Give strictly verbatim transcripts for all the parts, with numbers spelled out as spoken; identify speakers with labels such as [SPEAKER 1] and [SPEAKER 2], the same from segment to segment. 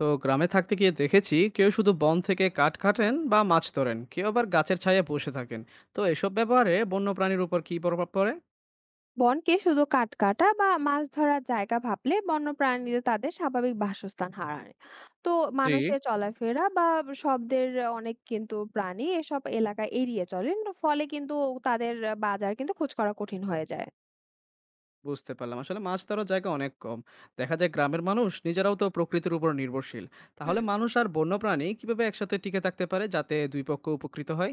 [SPEAKER 1] তো গ্রামে থাকতে গিয়ে দেখেছি কেউ শুধু বন থেকে কাঠ কাটেন বা মাছ ধরেন, কেউ আবার গাছের ছায়ায় বসে থাকেন। তো এসব ব্যাপারে বন্য প্রাণীর উপর কি প্রভাব পড়ে?
[SPEAKER 2] বনকে শুধু কাঠ কাটা বা মাছ ধরার জায়গা ভাবলে বন্যপ্রাণীদের তাদের স্বাভাবিক বাসস্থান হারায়। তো
[SPEAKER 1] জি।
[SPEAKER 2] মানুষের চলাফেরা বা শব্দের অনেক, কিন্তু প্রাণী এসব এলাকা এড়িয়ে চলেন, ফলে কিন্তু তাদের বাজার কিন্তু খোঁজ করা কঠিন হয়ে যায়।
[SPEAKER 1] বুঝতে পারলাম, আসলে মাছ ধরার জায়গা অনেক কম। দেখা যায় গ্রামের মানুষ নিজেরাও তো প্রকৃতির উপর নির্ভরশীল।
[SPEAKER 2] হুম।
[SPEAKER 1] তাহলে মানুষ আর বন্য প্রাণী কিভাবে একসাথে টিকে থাকতে পারে যাতে দুই পক্ষ উপকৃত হয়?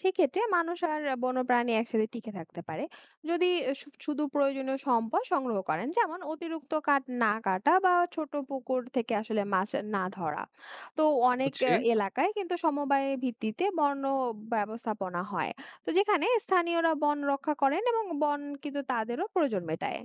[SPEAKER 2] সেক্ষেত্রে মানুষ আর বন্যপ্রাণী একসাথে টিকে থাকতে পারে যদি শু- শুধু প্রয়োজনীয় সম্পদ সংগ্রহ করেন, যেমন অতিরিক্ত কাঠ না কাটা বা ছোট পুকুর থেকে আসলে মাছ না ধরা। তো অনেক
[SPEAKER 1] বুঝছি।
[SPEAKER 2] আহ, এলাকায় কিন্তু সমবায় ভিত্তিতে বন্য ব্যবস্থাপনা হয়, তো যেখানে স্থানীয়রা বন রক্ষা করেন এবং বন কিন্তু তাদেরও প্রয়োজন মেটায়।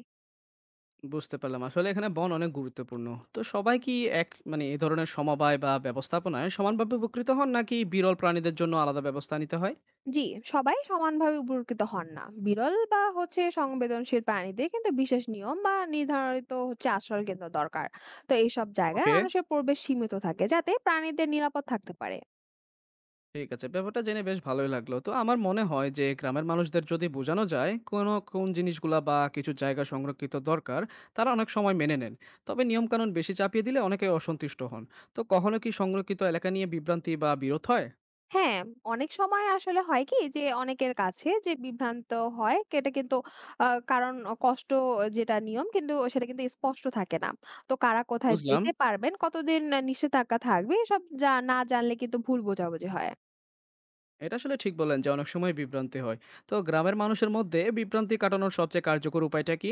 [SPEAKER 1] বুঝতে পারলাম, আসলে এখানে বন অনেক গুরুত্বপূর্ণ। তো সবাই কি এক মানে এই ধরনের সমবায় বা ব্যবস্থাপনায় সমানভাবে উপকৃত হন, নাকি বিরল প্রাণীদের জন্য আলাদা ব্যবস্থা নিতে হয়?
[SPEAKER 2] জি, সবাই সমানভাবে উপকৃত হন না। বিরল বা হচ্ছে সংবেদনশীল প্রাণীদের কিন্তু বিশেষ নিয়ম বা নির্ধারিত হচ্ছে আশ্রয় কেন্দ্র দরকার। তো এইসব জায়গায়
[SPEAKER 1] ওকে,
[SPEAKER 2] মানুষের প্রবেশ সীমিত থাকে, যাতে প্রাণীদের নিরাপদ থাকতে পারে।
[SPEAKER 1] ঠিক আছে। ব্যাপারটা জেনে বেশ ভালোই লাগলো। তো আমার মনে হয় যে গ্রামের মানুষদের যদি বোঝানো যায় কোনো কোন জিনিসগুলা বা কিছু জায়গা সংরক্ষিত দরকার, তারা অনেক সময় মেনে নেন। তবে নিয়মকানুন বেশি চাপিয়ে দিলে অনেকে অসন্তুষ্ট হন। তো কখনো কি সংরক্ষিত এলাকা নিয়ে বিভ্রান্তি বা বিরোধ হয়?
[SPEAKER 2] হ্যাঁ, অনেক সময় আসলে হয় কি যে অনেকের কাছে যে বিভ্রান্ত হয় এটা কিন্তু আ কারণ কষ্ট, যেটা নিয়ম কিন্তু সেটা কিন্তু স্পষ্ট থাকে না। তো কারা কোথায়
[SPEAKER 1] বুঝলাম।
[SPEAKER 2] যেতে পারবেন, কতদিন নিষেধাজ্ঞা থাকবে, এসব জা না জানলে কিন্তু ভুল বোঝাবুঝি হয়।
[SPEAKER 1] এটা আসলে ঠিক বললেন যে অনেক সময় বিভ্রান্তি হয়। তো গ্রামের মানুষের মধ্যে বিভ্রান্তি কাটানোর সবচেয়ে কার্যকর উপায়টা কি?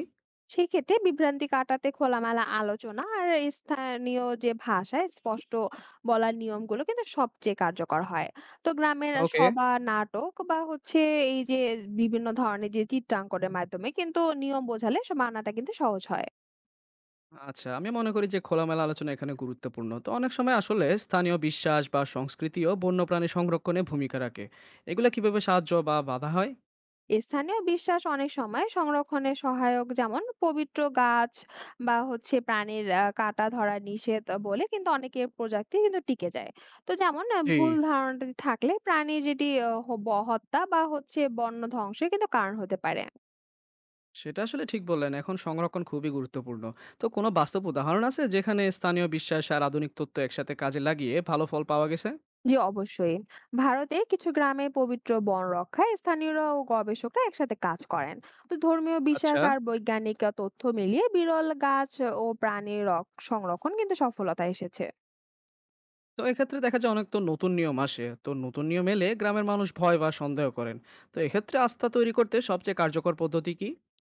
[SPEAKER 2] সেক্ষেত্রে বিভ্রান্তি কাটাতে খোলামেলা আলোচনা আর স্থানীয় যে ভাষায় স্পষ্ট বলার নিয়মগুলো কিন্তু সবচেয়ে কার্যকর হয়। তো গ্রামের
[SPEAKER 1] ওকে।
[SPEAKER 2] সভা, নাটক বা হচ্ছে এই যে বিভিন্ন ধরনের যে চিত্রাঙ্কনের মাধ্যমে কিন্তু নিয়ম বোঝালে সে মানাটা কিন্তু সহজ হয়।
[SPEAKER 1] আচ্ছা, আমি মনে করি যে খোলামেলা আলোচনা এখানে গুরুত্বপূর্ণ। তো অনেক সময় আসলে স্থানীয় বিশ্বাস বা সংস্কৃতিও বন্যপ্রাণী সংরক্ষণে ভূমিকা রাখে। এগুলা কিভাবে সাহায্য বা বাধা হয়?
[SPEAKER 2] স্থানীয় বিশ্বাস অনেক সময় সংরক্ষণে সহায়ক, যেমন পবিত্র গাছ বা হচ্ছে প্রাণীর আহ, কাটা ধরা নিষেধ বলে কিন্তু অনেকের প্রজাতি কিন্তু টিকে যায়। তো যেমন আহ,
[SPEAKER 1] জি।
[SPEAKER 2] ভুল ধারণাটি থাকলে প্রাণী যেটি আহ, হ- ব- হত্যা বা হচ্ছে বন্য ধ্বংসের কিন্তু কারণ হতে পারে।
[SPEAKER 1] সেটা আসলে ঠিক বললেন। এখন সংরক্ষণ খুবই গুরুত্বপূর্ণ। তো কোনো বাস্তব উদাহরণ আছে যেখানে স্থানীয় বিশ্বাস আর আধুনিক তথ্য একসাথে কাজে লাগিয়ে ভালো ফল পাওয়া গেছে?
[SPEAKER 2] জি, অবশ্যই। ভারতের কিছু গ্রামে পবিত্র বন রক্ষায় স্থানীয়রা ও গবেষকরা একসাথে কাজ করেন। তো ধর্মীয় বিশ্বাস
[SPEAKER 1] আচ্ছা।
[SPEAKER 2] আর বৈজ্ঞানিক আহ, তথ্য মিলিয়ে বিরল গাছ ও প্রাণীর রক- সংরক্ষণ কিন্তু সফলতা এসেছে।
[SPEAKER 1] তো এক্ষেত্রে দেখা যায় অনেক তো নতুন নিয়ম আসে। তো নতুন নিয়ম এলে গ্রামের মানুষ ভয় বা সন্দেহ করেন। তো এক্ষেত্রে আস্থা তৈরি করতে সবচেয়ে কার্যকর পদ্ধতি কি?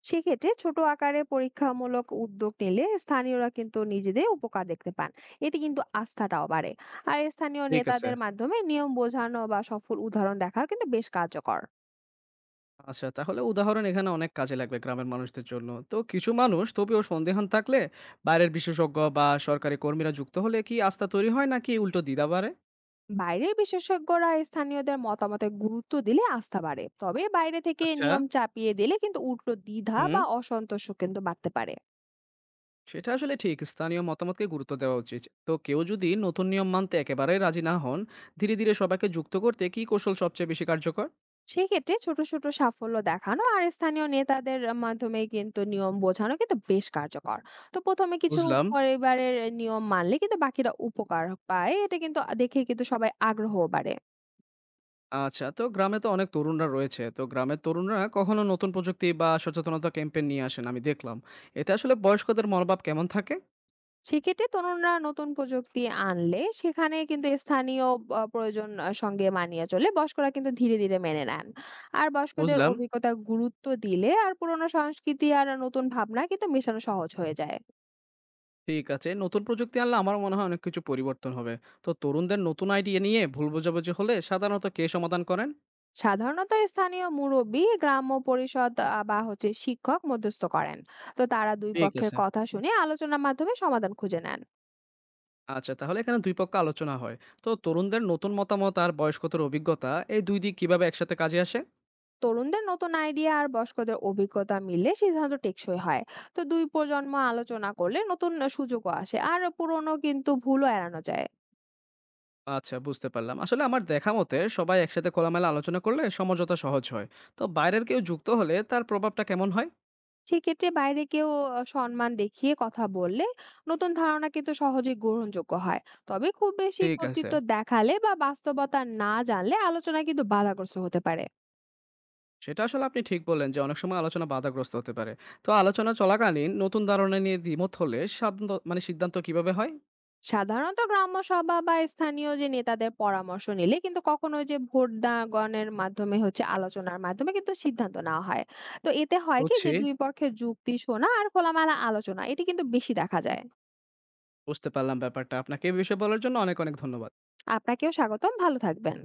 [SPEAKER 2] সেক্ষেত্রে ছোট আকারে পরীক্ষামূলক উদ্যোগ নিলে স্থানীয়রা কিন্তু নিজেদের উপকার দেখতে পান, এতে কিন্তু আস্থাটাও বাড়ে। আর স্থানীয়
[SPEAKER 1] ঠিক আছে।
[SPEAKER 2] নেতাদের মাধ্যমে নিয়ম বোঝানো বা সফল উদাহরণ দেখা কিন্তু বেশ কার্যকর।
[SPEAKER 1] আচ্ছা, তাহলে উদাহরণ এখানে অনেক কাজে লাগবে গ্রামের মানুষদের জন্য। তো কিছু মানুষ তবুও সন্দিহান থাকলে বাইরের বিশেষজ্ঞ বা সরকারি কর্মীরা যুক্ত হলে কি আস্থা তৈরি হয়, নাকি উল্টো দ্বিধা বাড়ে?
[SPEAKER 2] বাইরের বিশেষজ্ঞরা স্থানীয়দের মতামতে গুরুত্ব দিলে আস্থা বাড়ে, তবে বাইরে থেকে
[SPEAKER 1] আচ্ছা,
[SPEAKER 2] নিয়ম চাপিয়ে দিলে কিন্তু উল্টো দ্বিধা
[SPEAKER 1] হুম।
[SPEAKER 2] বা অসন্তোষও কিন্তু বাড়তে পারে।
[SPEAKER 1] সেটা আসলে ঠিক। স্থানীয় মতামতকে গুরুত্ব দেওয়া উচিত। তো কেউ যদি নতুন নিয়ম মানতে একেবারেই রাজি না হন, ধীরে ধীরে সবাইকে যুক্ত করতে কি কৌশল সবচেয়ে বেশি কার্যকর?
[SPEAKER 2] সেক্ষেত্রে ছোট, ছোট সাফল্য দেখানো আর স্থানীয় নেতাদের মাধ্যমে কিন্তু নিয়ম বোঝানো কিন্তু বেশ কার্যকর। তো প্রথম এ কিছু
[SPEAKER 1] বুঝলাম।
[SPEAKER 2] পরিবারের নিয়ম মানলে কিন্তু বাকিরা উপকার পায়। এটা কিন্তু দেখে কিন্তু সবাই আগ্রহও বাড়ে।
[SPEAKER 1] আচ্ছা, তো গ্রামে তো অনেক তরুণরা রয়েছে। তো গ্রামের তরুণরা কখনো নতুন প্রযুক্তি বা সচেতনতা ক্যাম্পেইন নিয়ে আসেন আমি দেখলাম। এতে আসলে বয়স্কদের মনোভাব কেমন থাকে?
[SPEAKER 2] সেক্ষেত্রে তরুণরা নতুন প্রযুক্তি আনলে সেখানে কিন্তু স্থানীয় আ প্রয়োজন আহ, সঙ্গে মানিয়ে চলে, বয়স্করা কিন্তু ধীরে, ধীরে মেনে নেন। আর বয়স্কদের
[SPEAKER 1] বুঝলাম।
[SPEAKER 2] অভিজ্ঞতা গুরুত্ব দিলে আর পুরোনো সংস্কৃতি আর নতুন ভাবনা কিন্তু মেশানো সহজ হয়ে যায়।
[SPEAKER 1] ঠিক আছে। নতুন প্রযুক্তি আনলে আমার মনে হয় অনেক কিছু পরিবর্তন হবে। তো তরুণদের নতুন আইডিয়া নিয়ে ভুল বোঝাবুঝি হলে সাধারণত কে সমাধান করেন?
[SPEAKER 2] সাধারণত স্থানীয় মুরব্বী, গ্রাম্য পরিষদ আহ, বা হচ্ছে শিক্ষক মধ্যস্থ করেন। তো তারা দুই
[SPEAKER 1] ঠিক
[SPEAKER 2] পক্ষের
[SPEAKER 1] আছে।
[SPEAKER 2] কথা শুনে আলোচনার মাধ্যমে সমাধান খুঁজে নেন।
[SPEAKER 1] আচ্ছা, তাহলে এখানে দুই পক্ষ আলোচনা হয়। তো তরুণদের নতুন মতামত আর বয়স্কদের অভিজ্ঞতা এই দুই দিক কিভাবে একসাথে কাজে আসে?
[SPEAKER 2] তরুণদের নতুন আইডিয়া আর বয়স্কদের অভিজ্ঞতা মিললে সিদ্ধান্ত টেকসই হয়। তো দুই প্রজন্ম আলোচনা করলে নতুন সুযোগও আসে আর পুরনো কিন্তু ভুলও এড়ানো যায়।
[SPEAKER 1] আচ্ছা, বুঝতে পারলাম। আসলে আমার দেখা মতে সবাই একসাথে খোলামেলা আলোচনা করলে সমঝোতা সহজ হয়। তো বাইরের কেউ যুক্ত হলে তার প্রভাবটা কেমন হয়?
[SPEAKER 2] সেক্ষেত্রে বাইরে কেউ আহ, সম্মান দেখিয়ে কথা বললে নতুন ধারণা কিন্তু সহজে গ্রহণযোগ্য হয়। তবে খুব বেশি
[SPEAKER 1] ঠিক আছে।
[SPEAKER 2] কর্তৃত্ব দেখালে বা বাস্তবতা না জানলে আলোচনা কিন্তু বাধাগ্রস্ত হতে পারে।
[SPEAKER 1] সেটা আসলে আপনি ঠিক বললেন যে অনেক সময় আলোচনা বাধাগ্রস্ত হতে পারে। তো আলোচনা চলাকালীন নতুন ধারণা নিয়ে দ্বিমত হলে সাদ্দ মানে সিদ্ধান্ত কিভাবে হয়?
[SPEAKER 2] সাধারণত গ্রাম্য সভা বা স্থানীয় যে নেতাদের পরামর্শ নিলে কিন্তু কখনো ওই যে ভোটদানের মাধ্যমে, হচ্ছে আলোচনার মাধ্যমে কিন্তু সিদ্ধান্ত নেওয়া হয়। তো এতে হয় কি
[SPEAKER 1] বুঝছি,
[SPEAKER 2] যে দুই পক্ষের যুক্তি শোনা আর খোলামেলা আলোচনা এটি কিন্তু বেশি দেখা যায়।
[SPEAKER 1] বুঝতে পারলাম ব্যাপারটা। আপনাকে এই বিষয়ে বলার জন্য অনেক, অনেক ধন্যবাদ।
[SPEAKER 2] আপনাকেও স্বাগতম, ভালো থাকবেন।